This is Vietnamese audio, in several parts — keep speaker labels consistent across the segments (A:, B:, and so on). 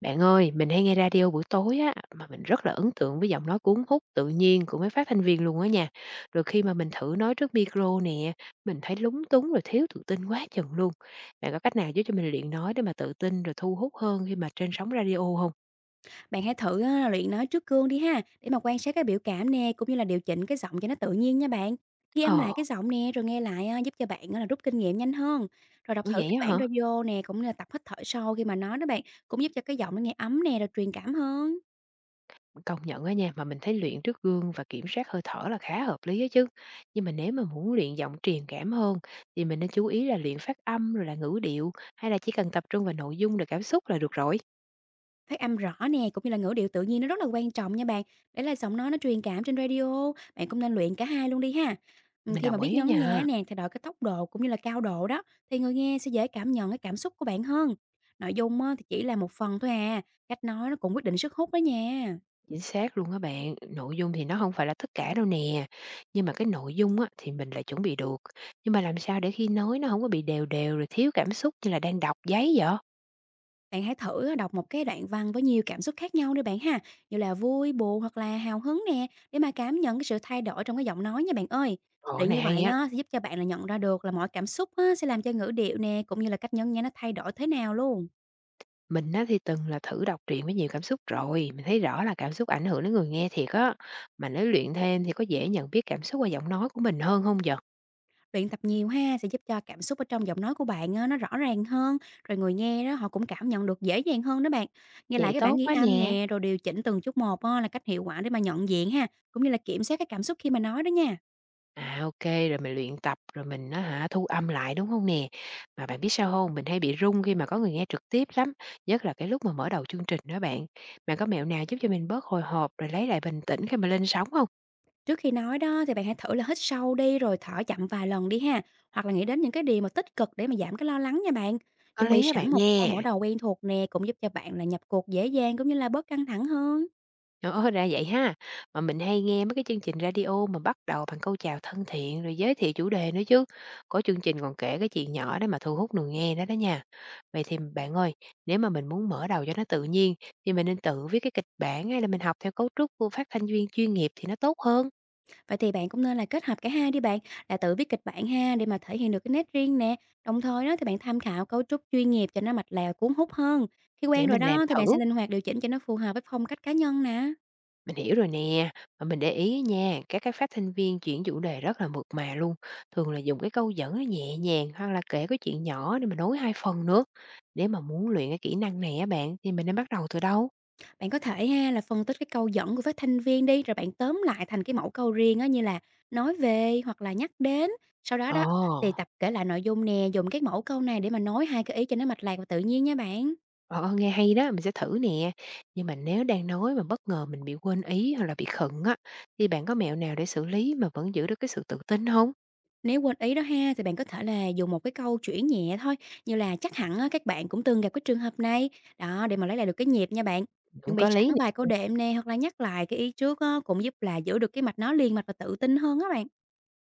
A: Bạn ơi, mình hay nghe radio buổi tối á, mà mình rất là ấn tượng với giọng nói cuốn hút tự nhiên của mấy phát thanh viên luôn á nha. Rồi khi mà mình thử nói trước micro nè, mình thấy lúng túng rồi thiếu tự tin quá chừng luôn. Bạn có cách nào giúp cho mình luyện nói để mà tự tin rồi thu hút hơn khi mà trên sóng radio không?
B: Bạn hãy thử á, luyện nói trước gương đi ha, để mà quan sát cái biểu cảm nè, cũng như là điều chỉnh cái giọng cho nó tự nhiên nha bạn. Ghi âm lại
A: Ờ,
B: cái giọng nè, rồi nghe lại á, giúp cho bạn á, là rút kinh nghiệm nhanh hơn. Rồi đọc
A: đúng
B: thử
A: vậy
B: kịch
A: á
B: bản
A: hả?
B: radio nè, cũng như là tập hít thở sâu khi mà nói đó bạn, cũng giúp cho cái giọng nó nghe ấm nè, rồi truyền cảm hơn.
A: Mình công nhận á nha, mà mình thấy luyện trước gương và kiểm soát hơi thở là khá hợp lý á chứ. Nhưng mà nếu mà muốn luyện giọng truyền cảm hơn thì mình nên chú ý là luyện phát âm rồi là ngữ điệu, hay là chỉ cần tập trung vào nội dung rồi cảm xúc là được rồi?
B: Phát âm rõ nè, cũng như là ngữ điệu tự nhiên nó rất là quan trọng nha bạn, để lại giọng nói nó truyền cảm trên radio, bạn cũng nên luyện cả hai luôn đi ha.
A: Mình
B: Khi mà
A: đồng
B: biết
A: ý á
B: nhấn nhá
A: nha,
B: nè, thay đổi cái tốc độ cũng như là cao độ đó, thì người nghe sẽ dễ cảm nhận cái cảm xúc của bạn hơn. Nội dung á, thì chỉ là một phần thôi à, cách nói nó cũng quyết định sức hút đó nha.
A: chính xác luôn á bạn. Nội dung thì nó không phải là tất cả đâu nè, nhưng mà cái nội dung á thì mình lại chuẩn bị được, nhưng mà làm sao để khi nói nó không có bị đều đều rồi thiếu cảm xúc như là đang đọc giấy vậy?
B: Bạn hãy thử đọc một cái đoạn văn với nhiều cảm xúc khác nhau đi bạn ha, như là vui, buồn hoặc là hào hứng nè, để mà cảm nhận cái sự thay đổi trong cái giọng nói nha bạn ơi.
A: Ờ,
B: Để
A: này
B: như
A: hay
B: vậy
A: á.
B: á, sẽ giúp cho bạn là nhận ra được là mọi cảm xúc á, sẽ làm cho ngữ điệu nè, cũng như là cách nhấn nhá nó thay đổi thế nào luôn.
A: Mình á thì từng là thử đọc truyện với nhiều cảm xúc rồi, mình thấy rõ là cảm xúc ảnh hưởng đến người nghe thiệt á. Mà nếu luyện thêm thì có dễ nhận biết cảm xúc qua giọng nói của mình hơn không vậy?
B: Luyện tập nhiều ha, sẽ giúp cho cảm xúc ở trong giọng nói của bạn á, nó rõ ràng hơn, rồi người nghe đó họ cũng cảm nhận được dễ dàng hơn đó bạn. Nghe lại
A: Vậy
B: cái bản
A: tốt
B: ghi
A: quá
B: âm
A: nè.
B: nè, rồi điều chỉnh từng chút một á, là cách hiệu quả để mà nhận diện ha, cũng như là kiểm soát cái cảm xúc khi mà nói đó nha.
A: À, OK, rồi mình luyện tập, rồi mình nó hả, thu âm lại, đúng không nè? Mà bạn biết sao không? Mình hay bị rung khi mà có người nghe trực tiếp lắm, nhất là cái lúc mà mở đầu chương trình đó bạn. Bạn có mẹo nào giúp cho mình bớt hồi hộp rồi lấy lại bình tĩnh khi mà lên sóng không?
B: Trước khi nói đó thì bạn hãy thử là hít sâu đi rồi thở chậm vài lần đi ha, hoặc là nghĩ đến những cái điều mà tích cực để mà giảm cái lo lắng nha bạn.
A: Có
B: Chuẩn bị
A: lý á bạn
B: sẵn một cái câu
A: nha.
B: mở đầu quen thuộc nè cũng giúp cho bạn là nhập cuộc dễ dàng cũng như là bớt căng thẳng hơn.
A: Ờ, ra vậy ha. Mà mình hay nghe mấy cái chương trình radio mà bắt đầu bằng câu chào thân thiện rồi giới thiệu chủ đề nữa chứ. Có chương trình còn kể cái chuyện nhỏ đó mà thu hút người nghe đó đó nha. Vậy thì bạn ơi, nếu mà mình muốn mở đầu cho nó tự nhiên thì mình nên tự viết cái kịch bản, hay là mình học theo cấu trúc của phát thanh viên chuyên nghiệp thì nó tốt hơn?
B: Vậy thì bạn cũng nên là kết hợp cả hai đi bạn, là tự viết kịch bản ha để mà thể hiện được cái nét riêng nè. Đồng thời đó thì bạn tham khảo cấu trúc chuyên nghiệp cho nó mạch lèo cuốn hút hơn. Khi quen
A: Để
B: rồi
A: mình làm
B: đó thì bạn sẽ
A: thử.
B: linh hoạt điều chỉnh cho nó phù hợp với phong cách cá nhân nè.
A: Mình hiểu rồi nè, mà mình để ý á nha, các cái phát thanh viên chuyển chủ đề rất là mượt mà luôn, thường là dùng cái câu dẫn nó nhẹ nhàng hoặc là kể cái chuyện nhỏ để mà nối hai phần nữa. Để mà muốn luyện cái kỹ năng này á bạn, thì mình nên bắt đầu từ đâu?
B: Bạn có thể ha là phân tích cái câu dẫn của phát thanh viên đi, rồi bạn tóm lại thành cái mẫu câu riêng á, như là nói về hoặc là nhắc đến. Sau đó đó thì
A: Ồ,
B: tập kể lại nội dung nè, dùng các mẫu câu này để mà nói hai cái ý cho nó mạch lạc và tự nhiên nha bạn.
A: ờ, nghe hay đó, mình sẽ thử nè. Nhưng mà nếu đang nói mà bất ngờ mình bị quên ý hoặc là bị khựng á, thì bạn có mẹo nào để xử lý mà vẫn giữ được cái sự tự tin không?
B: Nếu quên ý đó ha thì bạn có thể là dùng một cái câu chuyển nhẹ thôi, như là chắc hẳn á, các bạn cũng từng gặp cái trường hợp này. Đó để mà lấy lại được cái nhịp nha bạn.
A: Cũng
B: Chuẩn bị
A: có
B: sẵn
A: lý
B: vài câu
A: nè.
B: đệm nè hoặc là nhắc lại cái ý trước á, cũng giúp là giữ được cái mạch nó liền mạch và tự tin hơn á bạn.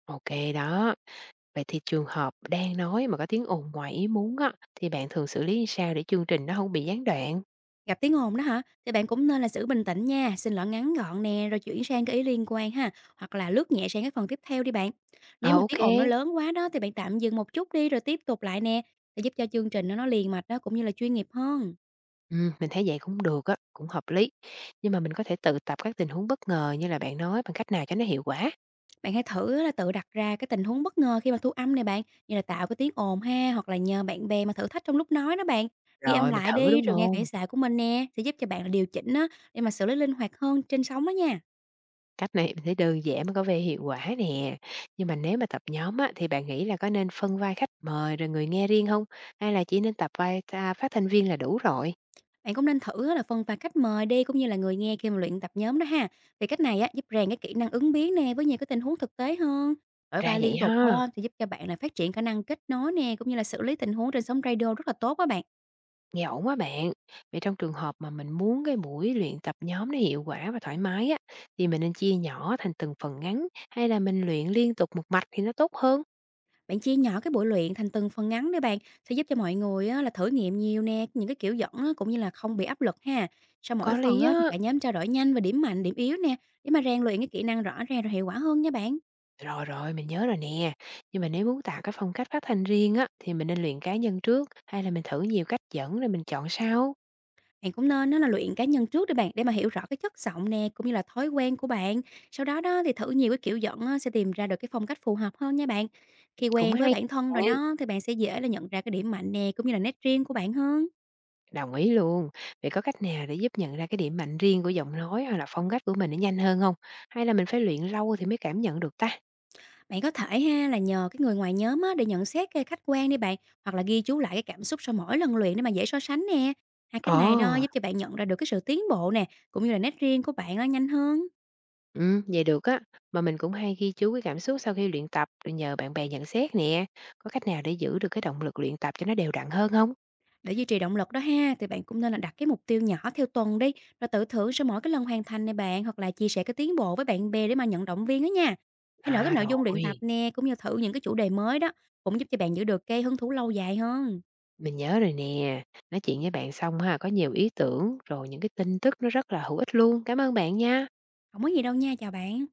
A: OK đó. Vậy thì trường hợp đang nói mà có tiếng ồn ngoài ý muốn á, thì bạn thường xử lý sao để chương trình nó không bị gián đoạn?
B: Gặp tiếng ồn đó hả? Thì bạn cũng nên là giữ bình tĩnh nha, xin lỗi ngắn gọn nè, rồi chuyển sang cái ý liên quan ha, hoặc là lướt nhẹ sang cái phần tiếp theo đi bạn.
A: Ờ,
B: Nếu mà
A: ô
B: tiếng
A: kê,
B: ồn nó lớn quá đó thì bạn tạm dừng một chút đi rồi tiếp tục lại nè, để giúp cho chương trình nó liền mạch đó cũng như là chuyên nghiệp hơn.
A: mình thấy vậy cũng được á, cũng hợp lý. Nhưng mà mình có thể tự tập các tình huống bất ngờ như là bạn nói bằng cách nào cho nó hiệu quả?
B: Bạn hãy thử á là tự đặt ra cái tình huống bất ngờ khi mà thu âm này bạn, như là tạo cái tiếng ồn ha, hoặc là nhờ bạn bè mà thử thách trong lúc nói đó bạn. Ghi âm
A: Rồi, mình
B: lại
A: thử,
B: đi
A: đúng
B: rồi nghe
A: không?
B: phản xạ của mình nè, sẽ giúp cho bạn là điều chỉnh á để mà xử lý linh hoạt hơn trên sóng đó nha.
A: Cách này mình thấy đơn giản mà có vẻ hiệu quả nè. Nhưng mà nếu mà tập nhóm á, thì bạn nghĩ là có nên phân vai khách mời rồi người nghe riêng không? Hay là chỉ nên tập vai phát thanh viên là đủ rồi?
B: Bạn cũng nên thử á là phân pha khách mời đi cũng như là người nghe khi mà luyện tập nhóm đó ha. Vì cách này á giúp rèn cái kỹ năng ứng biến nè với nhiều cái tình huống thực tế hơn. Đổi
A: Ra
B: vai liên
A: vậy
B: tục
A: ha.
B: á, thì giúp cho bạn là phát triển khả năng kết nối nè cũng như là xử lý tình huống trên sóng radio rất là tốt đó bạn.
A: Nghe ổn quá bạn. Vậy trong trường hợp mà mình muốn cái buổi luyện tập nhóm nó hiệu quả và thoải mái á, thì mình nên chia nhỏ thành từng phần ngắn, hay là mình luyện liên tục một mạch thì nó tốt hơn?
B: Bạn chia nhỏ cái buổi luyện thành từng phần ngắn để bạn sẽ giúp cho mọi người á, là thử nghiệm nhiều nè những cái kiểu dẫn á, cũng như là không bị áp lực ha. Sau mỗi
A: Có
B: phần
A: lý
B: á, thì
A: á.
B: cả nhóm trao đổi nhanh về điểm mạnh, điểm yếu nè để mà rèn luyện cái kỹ năng rõ ràng rồi hiệu quả hơn nha bạn.
A: Rồi rồi, mình nhớ rồi nè. Nhưng mà nếu muốn tạo cái phong cách phát thanh riêng á, thì mình nên luyện cá nhân trước, hay là mình thử nhiều cách dẫn rồi mình chọn sau?
B: Bạn cũng nên á là luyện cá nhân trước đi bạn, để mà hiểu rõ cái chất giọng nè, cũng như là thói quen của bạn. Sau đó đó thì thử nhiều cái kiểu giọng á, sẽ tìm ra được cái phong cách phù hợp hơn nha bạn. Khi
A: Cũng
B: quen
A: hay,
B: với bản thân rồi
A: bạn.
B: đó thì bạn sẽ dễ là nhận ra cái điểm mạnh nè, cũng như là nét riêng của bạn hơn.
A: Đồng ý luôn. Vậy có cách nào để giúp nhận ra cái điểm mạnh riêng của giọng nói hoặc là phong cách của mình nó nhanh hơn không? Hay là mình phải luyện lâu thì mới cảm nhận được ta?
B: Bạn có thể ha là nhờ cái người ngoài nhóm á, để nhận xét cái khách quan đi bạn, hoặc là ghi chú lại cái cảm xúc sau mỗi lần luyện để mà dễ so sánh nè. Hai cách này đó
A: Ồ,
B: giúp cho bạn nhận ra được cái sự tiến bộ nè, cũng như là nét riêng của bạn á, nhanh hơn.
A: ừm, vậy được á, mà mình cũng hay ghi chú cái cảm xúc sau khi luyện tập rồi nhờ bạn bè nhận xét nè. Có cách nào để giữ được cái động lực luyện tập cho nó đều đặn hơn không?
B: Để duy trì động lực đó ha, thì bạn cũng nên là đặt cái mục tiêu nhỏ theo tuần đi, rồi tự thưởng sau mỗi cái lần hoàn thành này bạn, hoặc là chia sẻ cái tiến bộ với bạn bè để mà nhận động viên đó nha. Thay đổi cái
A: À,
B: nội dung luyện tập
A: rồi,
B: nè, cũng như thử những cái chủ đề mới đó, cũng giúp cho bạn giữ được cái hứng thú lâu dài hơn.
A: mình nhớ rồi nè. Nói chuyện với bạn xong ha, có nhiều ý tưởng rồi những cái tin tức nó rất là hữu ích luôn. Cảm ơn bạn nha.
B: Không có gì đâu nha, chào bạn.